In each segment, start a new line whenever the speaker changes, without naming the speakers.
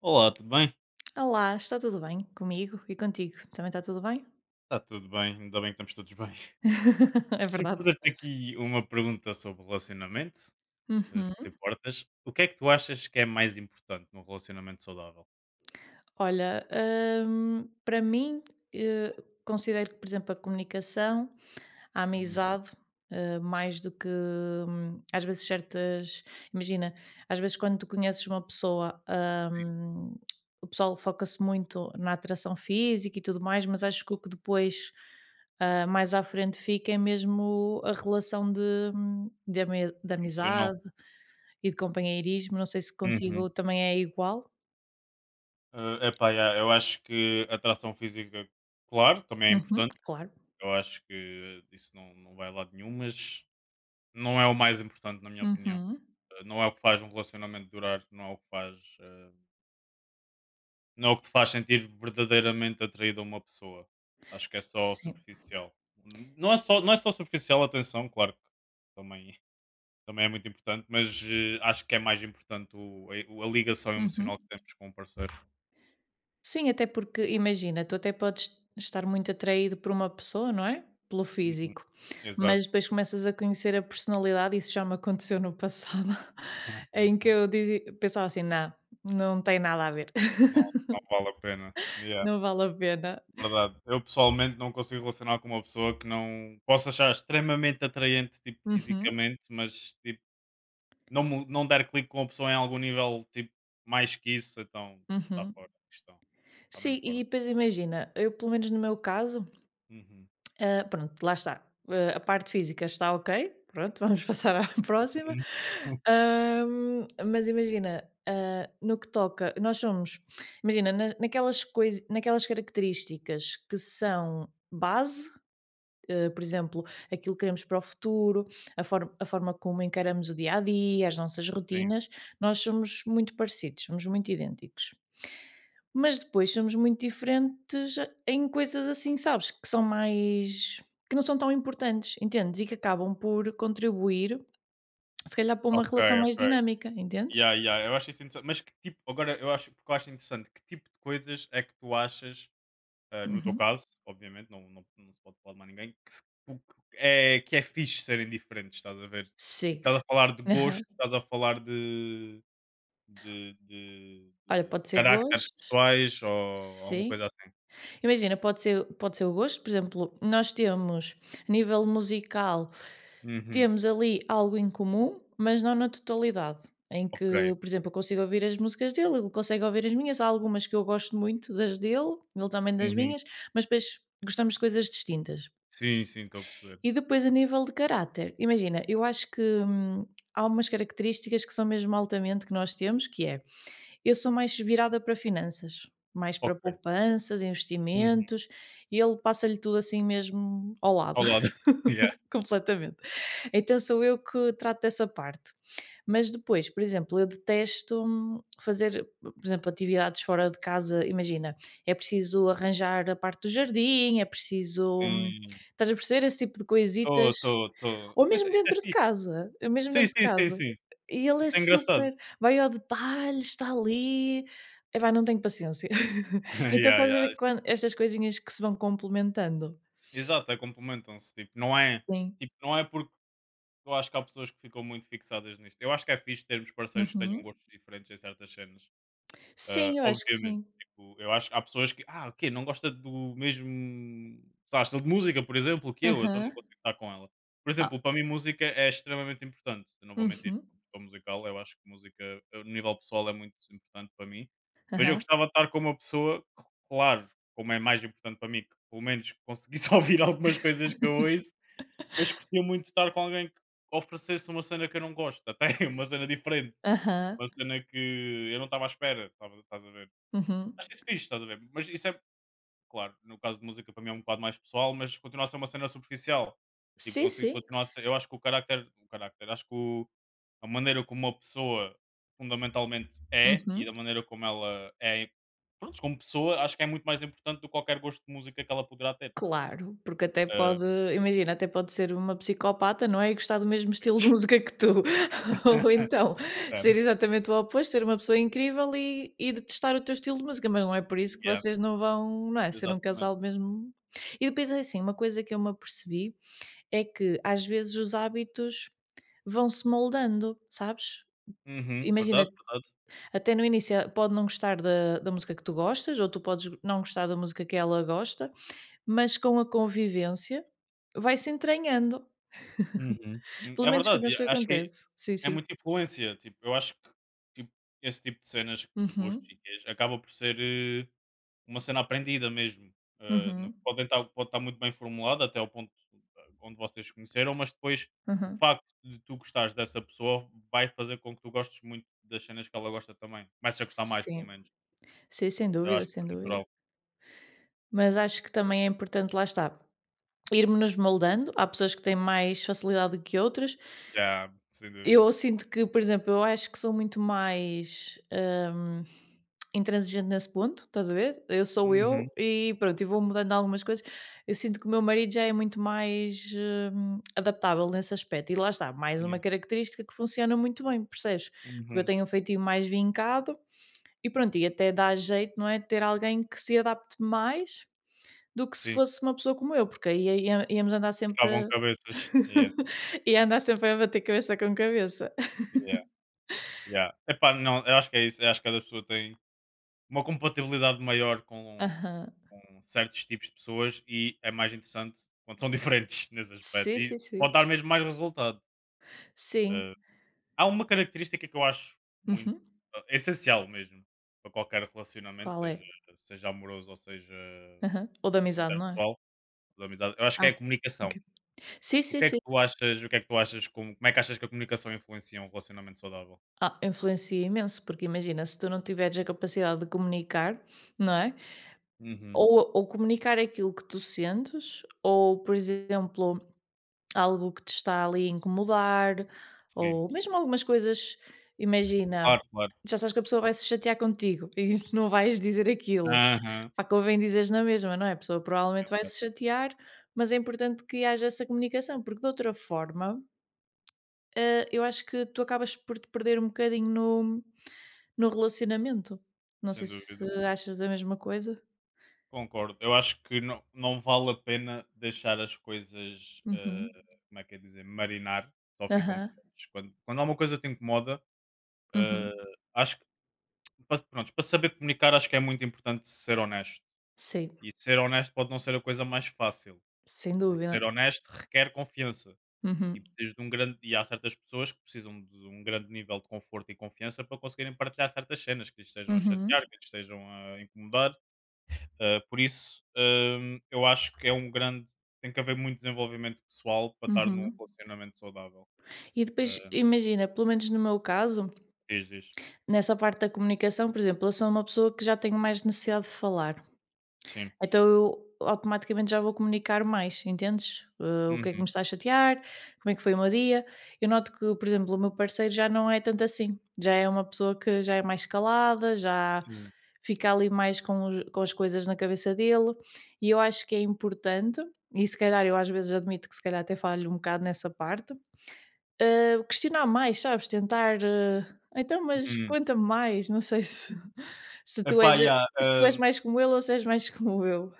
Olá, tudo bem?
Olá, está tudo bem comigo e contigo? Também está tudo bem?
Está tudo bem, ainda bem que estamos todos bem.
É
Deixa-me
verdade.
fazer-te aqui uma pergunta sobre relacionamento, se não te
Uhum.
importas. O que é que tu achas que é mais importante num relacionamento saudável?
Olha, para mim, eh, considero que, por exemplo, a comunicação, a
Hum.
amizade, mais do que às vezes certas. Imagina, às vezes quando tu conheces uma pessoa, hum, o pessoal foca-se muito na atração física e tudo mais, mas acho que o que depois, mais à frente, fica é mesmo a relação de
Emocional?
amizade e de companheirismo. Não sei se
Uhum.
contigo também é igual.
Epá, yeah, eu acho que atração física, claro, também é
Uhum,
importante.
claro.
Eu acho que isso não vai a lado nenhum, mas não é o mais importante, na minha opinião.
Uhum.
Não é o que faz um relacionamento durar, não é o que faz. Não é o que te faz sentir verdadeiramente atraído a uma pessoa. Acho que é só
Sim.
superficial. Não é só superficial, atenção, claro que também, também é muito importante, mas acho que é mais importante a ligação
Uhum.
emocional que temos com o parceiro.
Sim, até porque imagina, tu até podes estar muito atraído por uma pessoa, não é? Pelo
Uhum,
físico, mas
exato.
depois começas a conhecer a personalidade, isso já me aconteceu no passado, em que eu dizia, pensava assim, não, não tem nada a ver,
Não, não vale a pena. Yeah,
não vale a pena.
verdade. Eu pessoalmente não consigo relacionar com uma pessoa que não posso achar extremamente atraente tipo,
Uhum,
fisicamente, mas tipo, não der clique com a pessoa em algum nível tipo, mais que isso, então está
uhum.
fora de questão. Está mesmo
Sim,
fora
e
de
depois
questão.
imagina, eu pelo menos no meu caso,
Uhum.
Ah, pronto, lá está. Ah, a parte física está ok, pronto, vamos passar à próxima.
Uhum.
Mas imagina, no que toca, nós somos, imagina, naquelas coisas, naquelas características que são base, por exemplo, aquilo que queremos para o futuro, a forma como encaramos o dia a dia, as nossas
Sim.
rotinas, nós somos muito parecidos, somos muito idênticos. Mas depois somos muito diferentes em coisas assim, sabes, que não são tão importantes, entendes? E que acabam por contribuir, se calhar, para uma
Ok,
relação mais
ok.
dinâmica, entendes?
Yeah, yeah. Eu acho isso interessante. Mas que tipo, agora eu acho, porque eu acho interessante, que tipo de coisas é que tu achas, no teu
Uhum.
caso, obviamente, não se pode falar de mais ninguém, que, se- o que é fixe serem diferentes, estás a ver? Tipo,
Sim.
estás a falar de
Aham.
gostos, estás a falar de,
Olha,
de
pode ser
caracteres
gostos
pessoais ou alguma
sim.
coisa assim.
Imagina, pode ser o gosto, por exemplo, nós temos a nível musical,
Uhum.
temos ali algo em comum, mas não na totalidade, em que,
Ok.
por exemplo, eu consigo ouvir as músicas dele, ele consegue ouvir as minhas, há algumas que eu gosto muito das dele, ele também das
Uhum.
minhas, mas depois gostamos de coisas distintas.
Sim, sim, estou a perceber.
E depois a nível de caráter, imagina, eu acho que, há umas características que são mesmo altamente que nós temos, que é eu sou mais virada para finanças, mais para
Ok.
poupanças,
Uhum.
investimentos, e ele passa-lhe tudo assim mesmo ao
Ao
lado,
lado. Yeah.
completamente. Então sou eu que trato dessa parte. Mas depois, por exemplo, eu detesto fazer, por exemplo, atividades fora de casa. Imagina, é preciso arranjar a parte do jardim, é preciso.
Sim.
Estás a perceber esse tipo de
Estou,
coisitas?
estou, estou.
Ou
Então
mesmo
isso é
dentro de
fixe.
casa, ou mesmo
Sim,
dentro de
sim, sim,
casa.
sim.
E ele é
Isso é engraçado.
super vai ao detalhe, está ali. Epá, não tenho paciência. Então
Yeah,
estás a
yeah.
ver quan estas coisinhas que se vão complementando.
Exato, é complementam-se.
Sim.
Tipo, não é porque eu acho que há pessoas que ficam muito fixadas nisto. Eu acho que é fixe termos parceiros que tenham
Uhum.
gostos diferentes em certas cenas.
Sim, eu acho que
Obviamente,
sim.
tipo, eu acho que há pessoas que, ah, ok, não gosta do mesmo sei lá, estilo de música, por exemplo, que eu, então não
Aham.
consigo estar com ela. Por
Ah.
exemplo, para mim, música é extremamente importante, eu não vou mentir,
Uhum.
como produtor musical, eu acho que música, no nível pessoal, é muito importante para mim, mas eu
Aham.
gostava de estar com uma pessoa, claro, como é mais importante para mim, que pelo menos conseguisse ouvir algumas coisas que eu ouço, mas gostaria muito de estar com alguém que oferecesse uma cena que eu não gosto, até uma cena diferente,
Aham.
uma cena que eu não estava à espera, estás a ver?
Uhum.
Acho isso fixe, estás a ver? Mas isso é, claro, no caso de música para mim é um bocado mais pessoal, mas continua a ser uma cena superficial. Tipo,
Sim,
consigo
sim.
continuar a ser. Eu acho que o carácter, acho que a maneira como uma pessoa fundamentalmente é e da
Uhum.
maneira como ela é, pronto, como pessoa, acho que é muito mais importante do que qualquer gosto de música que ela poderá ter.
Claro, porque até pode
Ahm,
imagina, até pode ser uma psicopata, não é, e gostar do mesmo estilo de música que tu. Ou então,
é,
ser exatamente o oposto, ser uma pessoa incrível e detestar o teu estilo de música, mas não é por isso que
yeah,
vocês não vão, não é, ser um
exatamente.
casal mesmo e depois é assim, uma coisa que eu me apercebi é que às vezes os hábitos vão-se moldando, sabes?
Uhum,
Imagina,
verdade, verdade.
até no início ela pode não gostar da música que tu gostas, ou tu podes não gostar da música que ela gosta, mas com a convivência vai-se entranhando.
Uhum.
Pelo
É
menos
verdade, e
connosco
acho que
acontece. Sim,
é
sim.
muita influência, tipo, eu acho que tipo, esse tipo de cenas de
Uhum,
gostos e queijos acaba por ser uma cena aprendida mesmo.
uhum,
Pode estar muito bem formulada até ao ponto onde vocês se conheceram, mas depois o
aham.
facto de tu gostares dessa pessoa vai fazer com que tu gostes muito das cenas que ela gosta também. Começa a gostar mais, pelo
Sim,
menos.
sim, sem
Eu
dúvida,
acho que
sem
isso é
dúvida.
natural.
Mas acho que também é importante, lá está, irmo-nos moldando. Há pessoas que têm mais facilidade do que outras.
Yeah, sem
Eu
dúvida.
sinto que, por exemplo, eu acho que sou muito mais, intransigente nesse ponto, estás a ver? Eu sou eu
Uhum,
e pronto, e vou mudando algumas coisas. Eu sinto que o meu marido já é muito mais, adaptável nesse aspecto. E lá está, mais uma
sim.
característica que funciona muito bem, percebes? Porque eu
Uhum,
tenho um feitio mais vincado e pronto, e até dá jeito, não é? Ter alguém que se adapte mais do que se
sim.
fosse uma pessoa como eu, porque aí ia íamos andar sempre
Estavam
a
cabeças. Yeah,
ia andar sempre a bater cabeça com cabeça.
yeah, yeah. Epá, não, eu acho que é isso. Eu acho que cada pessoa tem uma compatibilidade maior
Aham.
com certos tipos de pessoas e é mais interessante quando são diferentes nesse aspecto
Sim,
e
sim, sim.
pode dar mesmo mais resultado.
Sim.
Eh, há uma característica que eu acho muito
Uhum.
essencial mesmo para qualquer relacionamento,
Qual é?
seja amoroso ou seja
Aham. Ou da amizade, não é?
interpessoal, de amizade, eu acho que é
Ah,
a
ok.
comunicação.
Sim,
O
sim,
que é que
sim.
tu achas? O que é que tu achas? Como é que achas que a comunicação influencia um relacionamento saudável?
Ah, influencia imenso, porque imagina, se tu não tiveres a capacidade de comunicar, não é?
Uhum.
Ou comunicar aquilo que tu sentes, ou, por exemplo, algo que te está ali a incomodar,
Sim,
ou mesmo algumas coisas, imagina,
claro, claro.
já sabes que a pessoa vai se chatear contigo e não vais dizer aquilo.
Aham,
Pá, convém dizeres na mesma, não é? A pessoa provavelmente vai
é,
se chatear, mas é importante que haja essa comunicação, porque de outra forma, eu acho que tu acabas por te perder um bocadinho no relacionamento. Não sei
sem
se
dúvida.
achas a mesma coisa.
Concordo. Eu acho que não vale a pena deixar as coisas,
Uhum.
como é que é dizer, marinar, só ficam
Aham.
piores. Quando alguma coisa te incomoda,
Uhum.
eh, acho que, pronto, para saber comunicar, acho que é muito importante ser honesto.
Sim,
E ser honesto pode não ser a coisa mais fácil,
sem
porque ser
dúvida.
honesto requer confiança. E,
Uhum.
precisas de um grande, e há certas pessoas que precisam de um grande nível de conforto e confiança para conseguirem partilhar certas cenas que lhes estejam a
Uhum.
chatear, que lhes estejam a incomodar. Por isso, um, eu acho que é um grande. Tem que haver muito desenvolvimento pessoal para estar num
Uhum.
relacionamento saudável.
E depois,
Uh,
imagina, pelo menos no meu caso,
diz, diz.
nessa parte da comunicação, por exemplo, eu sou uma pessoa que já tenho mais necessidade de falar.
Sim.
Então eu automaticamente já vou comunicar mais, entendes? O que é que me
Uhum.
está a chatear? Como é que foi o meu dia? Eu noto que, por exemplo, o meu parceiro já não é tanto assim. Já é uma pessoa que já é mais calada, já
Sim.
fica ali mais com as coisas na cabeça dele. E eu acho que é importante, e se calhar eu às vezes admito que se calhar até falho um bocado nessa parte, questionar mais, sabes, tentar, "Então, mas
Uhum.
conta-me mais", não sei se se tu
Epá,
és
yeah,
se tu és
um,
mais como ele ou se és mais como eu.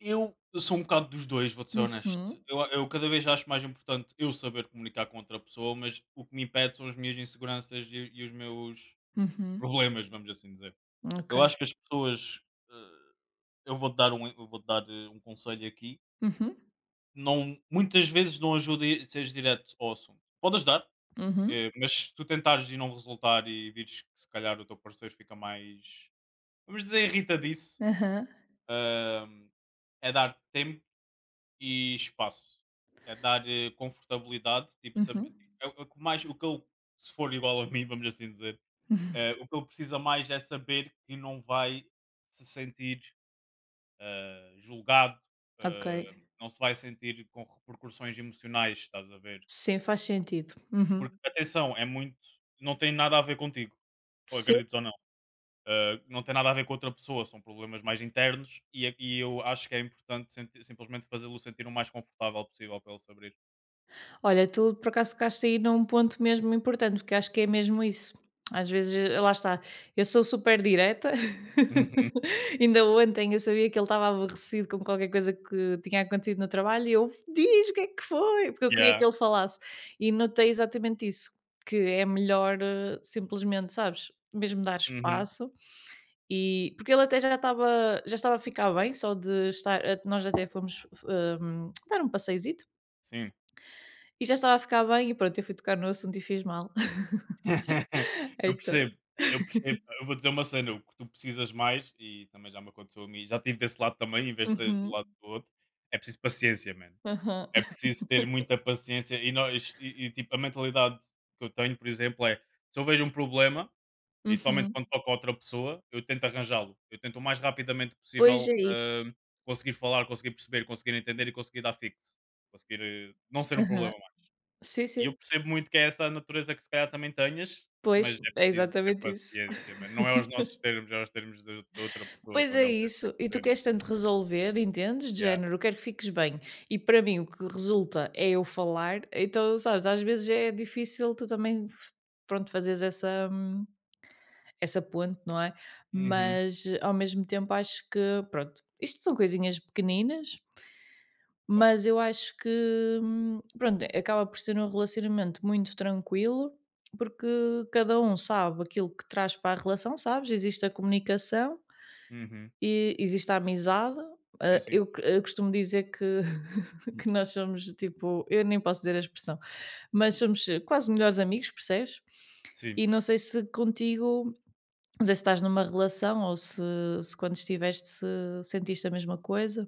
eu sou um bocado dos dois, vou-te ser honesto.
Uhum,
Eu cada vez acho mais importante eu saber comunicar com outra pessoa, mas o que me impede são as minhas inseguranças e os meus
uhum,
problemas, vamos assim dizer.
ok.
Eu acho que as pessoas. uh, eu vou-te dar, um, eu vou-te dar um conselho aqui.
Uhum,
Não muitas vezes não ajuda e seres direto ao assunto. Pode ajudar,
uhum,
mas se tu tentares e não resultar e vires que se calhar o teu parceiro fica mais, vamos dizer, irritadiço,
aham,
hum, é dar tempo e espaço. É dar, confortabilidade, tipo,
uhum.
saber é o que mais o que ele, se for igual a mim, vamos assim dizer, o que ele precisa mais é saber que não vai se sentir, julgado,
Ok,
ah, não se vai sentir com repercussões emocionais, estás a ver?
sim, faz sentido. Uhum.
Porque, atenção, é muito não tem nada a ver contigo, ou
Sim.
acredites ou não. Não tem nada a ver com outra pessoa, são problemas mais internos e, e eu acho que é importante simplesmente fazê-lo sentir o mais confortável possível para ele se abrir.
Olha, tu por acaso tocaste aí num ponto mesmo importante, porque acho que é mesmo isso. Às vezes, lá está, eu sou super direta.
Uhum.
Ainda ontem eu sabia que ele estava aborrecido com qualquer coisa que tinha acontecido no trabalho e eu diz o que é que foi, porque eu queria que
Yeah.
ele falasse. E notei exatamente isso, que é melhor simplesmente, sabes, mesmo dar
Uhum.
espaço e porque ele até já estava a ficar bem, só de estar, nós até fomos dar um passeiozito
Sim.
e já estava a ficar bem e pronto, eu fui tocar no assunto e fiz mal.
Eu
Então,
percebo, eu percebo. Eu vou dizer uma cena, o que tu precisas mais, e também já me aconteceu a mim, já tive desse lado também, em vez de ser do
uhum,
lado do outro, é preciso paciência, man.
aham,
É preciso ter muita paciência e nós e tipo, a mentalidade que eu tenho, por exemplo, é: se eu vejo um problema, e somente
uhum.
quando toca a outra pessoa, eu tento arranjá-lo. Eu tento o mais rapidamente
Pois é
possível,
isso,
conseguir falar, conseguir perceber, conseguir entender e conseguir dar fixe. Conseguir, não ser um problema
aham.
mais.
Sim,
E eu
sim.
percebo muito que é essa a natureza que se calhar também tenhas,
Pois,
mas é
é
preciso ter
exatamente isso.
paciência, mano. Não é aos nossos termos, é aos termos da outra pessoa,
Pois
quando
é
é o
isso. E tu
termo.
queres tanto resolver, entendes? De
Yeah.
género, eu quero que fiques bem. E para mim o que resulta é eu falar, então, sabes, às vezes é difícil tu também f pronto, fazeres essa ponte, não é?
Uhum.
Mas, ao mesmo tempo, acho que pronto, isto são coisinhas pequeninas.
Claro.
Mas eu acho que, pronto, acaba por ser um relacionamento muito tranquilo, porque cada um sabe aquilo que traz para a relação, sabes? Existe a comunicação
Uhum.
e existe a amizade.
Sim,
Ah,
sim,
eu, c-
claro.
eu costumo dizer que, que nós somos tipo, eu nem posso dizer a expressão, mas somos quase melhores amigos, percebes?
Sim.
E não sei se contigo, não sei se estás numa relação ou se quando estiveste se sentiste a mesma coisa.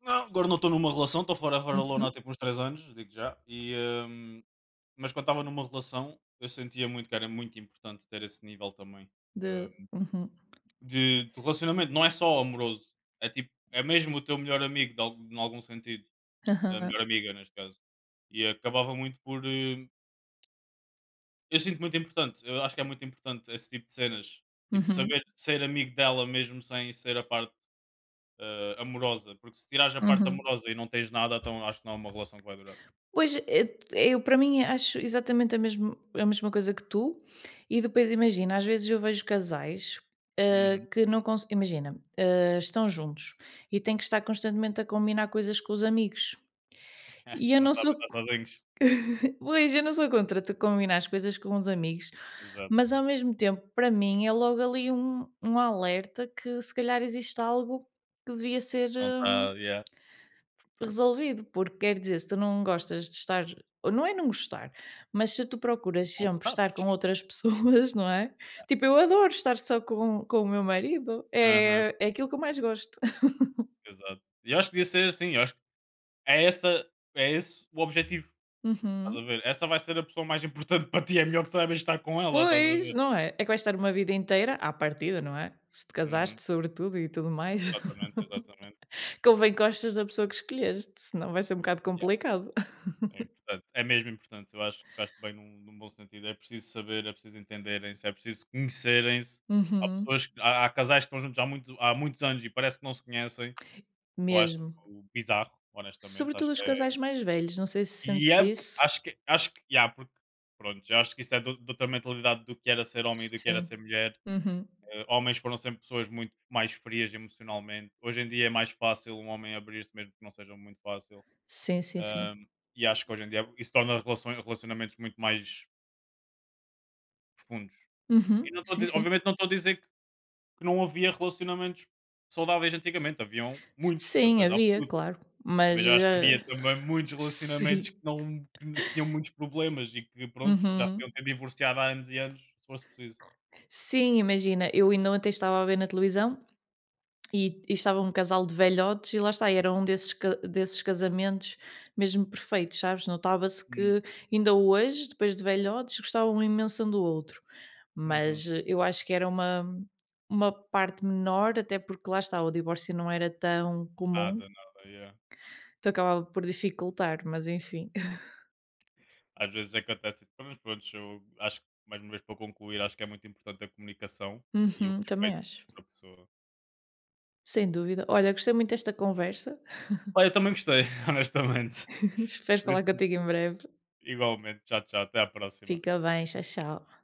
Não, agora não estou numa relação, estou forever alone há
Uhum.
tipo uns 3 anos, digo já. E, hum, mas quando estava numa relação, eu sentia muito que era muito importante ter esse nível também hum,
Uhum.
de relacionamento. Não é só amoroso, é tipo, é mesmo o teu melhor amigo, em algum sentido. A
aham,
melhor amiga, neste caso. E acabava muito por. Eu sinto muito importante, eu acho que é muito importante esse tipo de cenas. Tipo,
uhum.
saber ser amigo dela mesmo sem ser a parte amorosa. Porque se tirares a parte
Uhum.
amorosa e não tens nada, então acho que não é uma relação que vai durar.
Pois, eu para mim acho exatamente a mesma coisa que tu, e depois imagina, às vezes eu vejo casais,
Uhum.
que não cons imagina, estão juntos e têm que estar constantemente a combinar coisas com os amigos. E eu
Não
não
sabem
sou
estar
co
sozinhos.
Pois, eu não sou contra tu combinar as coisas com os amigos,
Exato.
mas ao mesmo tempo, para mim, é logo ali um alerta que se calhar existe algo que devia ser
Não
hum,
está yeah.
Resolvido, porque quer dizer, se tu não gostas de estar ou não é não gostar, mas se tu procuras
Não
sempre estar com
sabes.
outras pessoas, não é? Tipo, eu adoro estar só com o meu marido,
Aham.
é aquilo que eu mais gosto.
Exato. E eu acho que devia ser assim, eu acho que é essa é esse o objetivo, estás
Uhum.
a ver? Essa vai ser a pessoa mais importante para ti, é melhor que saibas estar com ela, estás a
Pois,
ver?
não é? É que vais estar uma vida inteira à partida, não é? Se te
Uhum.
casaste, sobretudo, e tudo mais.
Exatamente, exatamente.
Convém que gostes da pessoa que escolheste, senão vai ser um bocado
Yeah.
complicado.
É importante. É mesmo importante. Eu acho que tocaste bem num num bom sentido. É preciso saber, é preciso entenderem-se, é preciso conhecerem-se. Há
Uhum,
pessoas que há casais que estão juntos há, muito, há muitos anos e parece que não se conhecem. Que Eu acho
mesmo.
bizarro, honestamente. Acho
Sobretudo os
que é.
casais mais velhos, não sei se
E
sentes
é
isso.
acho que yeah, porque pronto, já acho que isso é do ou de outra mentalidade do que era ser homem e do que era
Sim.
ser mulher.
Uhum.
Homens foram sempre pessoas muito mais frias emocionalmente. Hoje em dia é mais fácil um homem abrir-se, mesmo que não seja muito fácil.
Sim, sim, sim.
Ahm, e acho que hoje em dia isso torna relações relacionamentos muito mais profundos. E
Uhum.
não estou a
Sim,
dizer
sim.
obviamente não estou a dizer que não havia relacionamentos saudáveis antigamente, haviam muitos, de
Sim,
certeza
havia,
absoluta.
claro. Mas,
Mas eu acho que havia também muitos relacionamentos
sim.
que não que que tinham muitos problemas e que pronto já se
Uhum.
deviam ter divorciado há anos e anos, se fosse preciso.
Sim, imagina, eu ainda ontem estava a ver na televisão e estava um casal de velhotes e lá está, era um desses casamentos mesmo perfeitos, sabes? Notava-se
Hum,
que ainda hoje, depois de velhotes, gostavam imenso um do outro.
uhum.
Mas eu acho que era uma parte menor, até porque lá está, o divórcio não era tão comum,
Nada, nada, yeah.
então acabava por dificultar, mas enfim.
Às vezes acontece isso, mas pronto eu acho que mais uma vez para concluir, acho que é muito importante a comunicação e o
Uhum, também
respeito por
acho.
outra pessoa.
Sem dúvida. Olha, gostei muito desta conversa.
Olha, eu também gostei, honestamente.
Espero
Por
falar
isso,
contigo em breve.
igualmente. Tchau, tchau, até à próxima.
Fica bem. Tchau, tchau.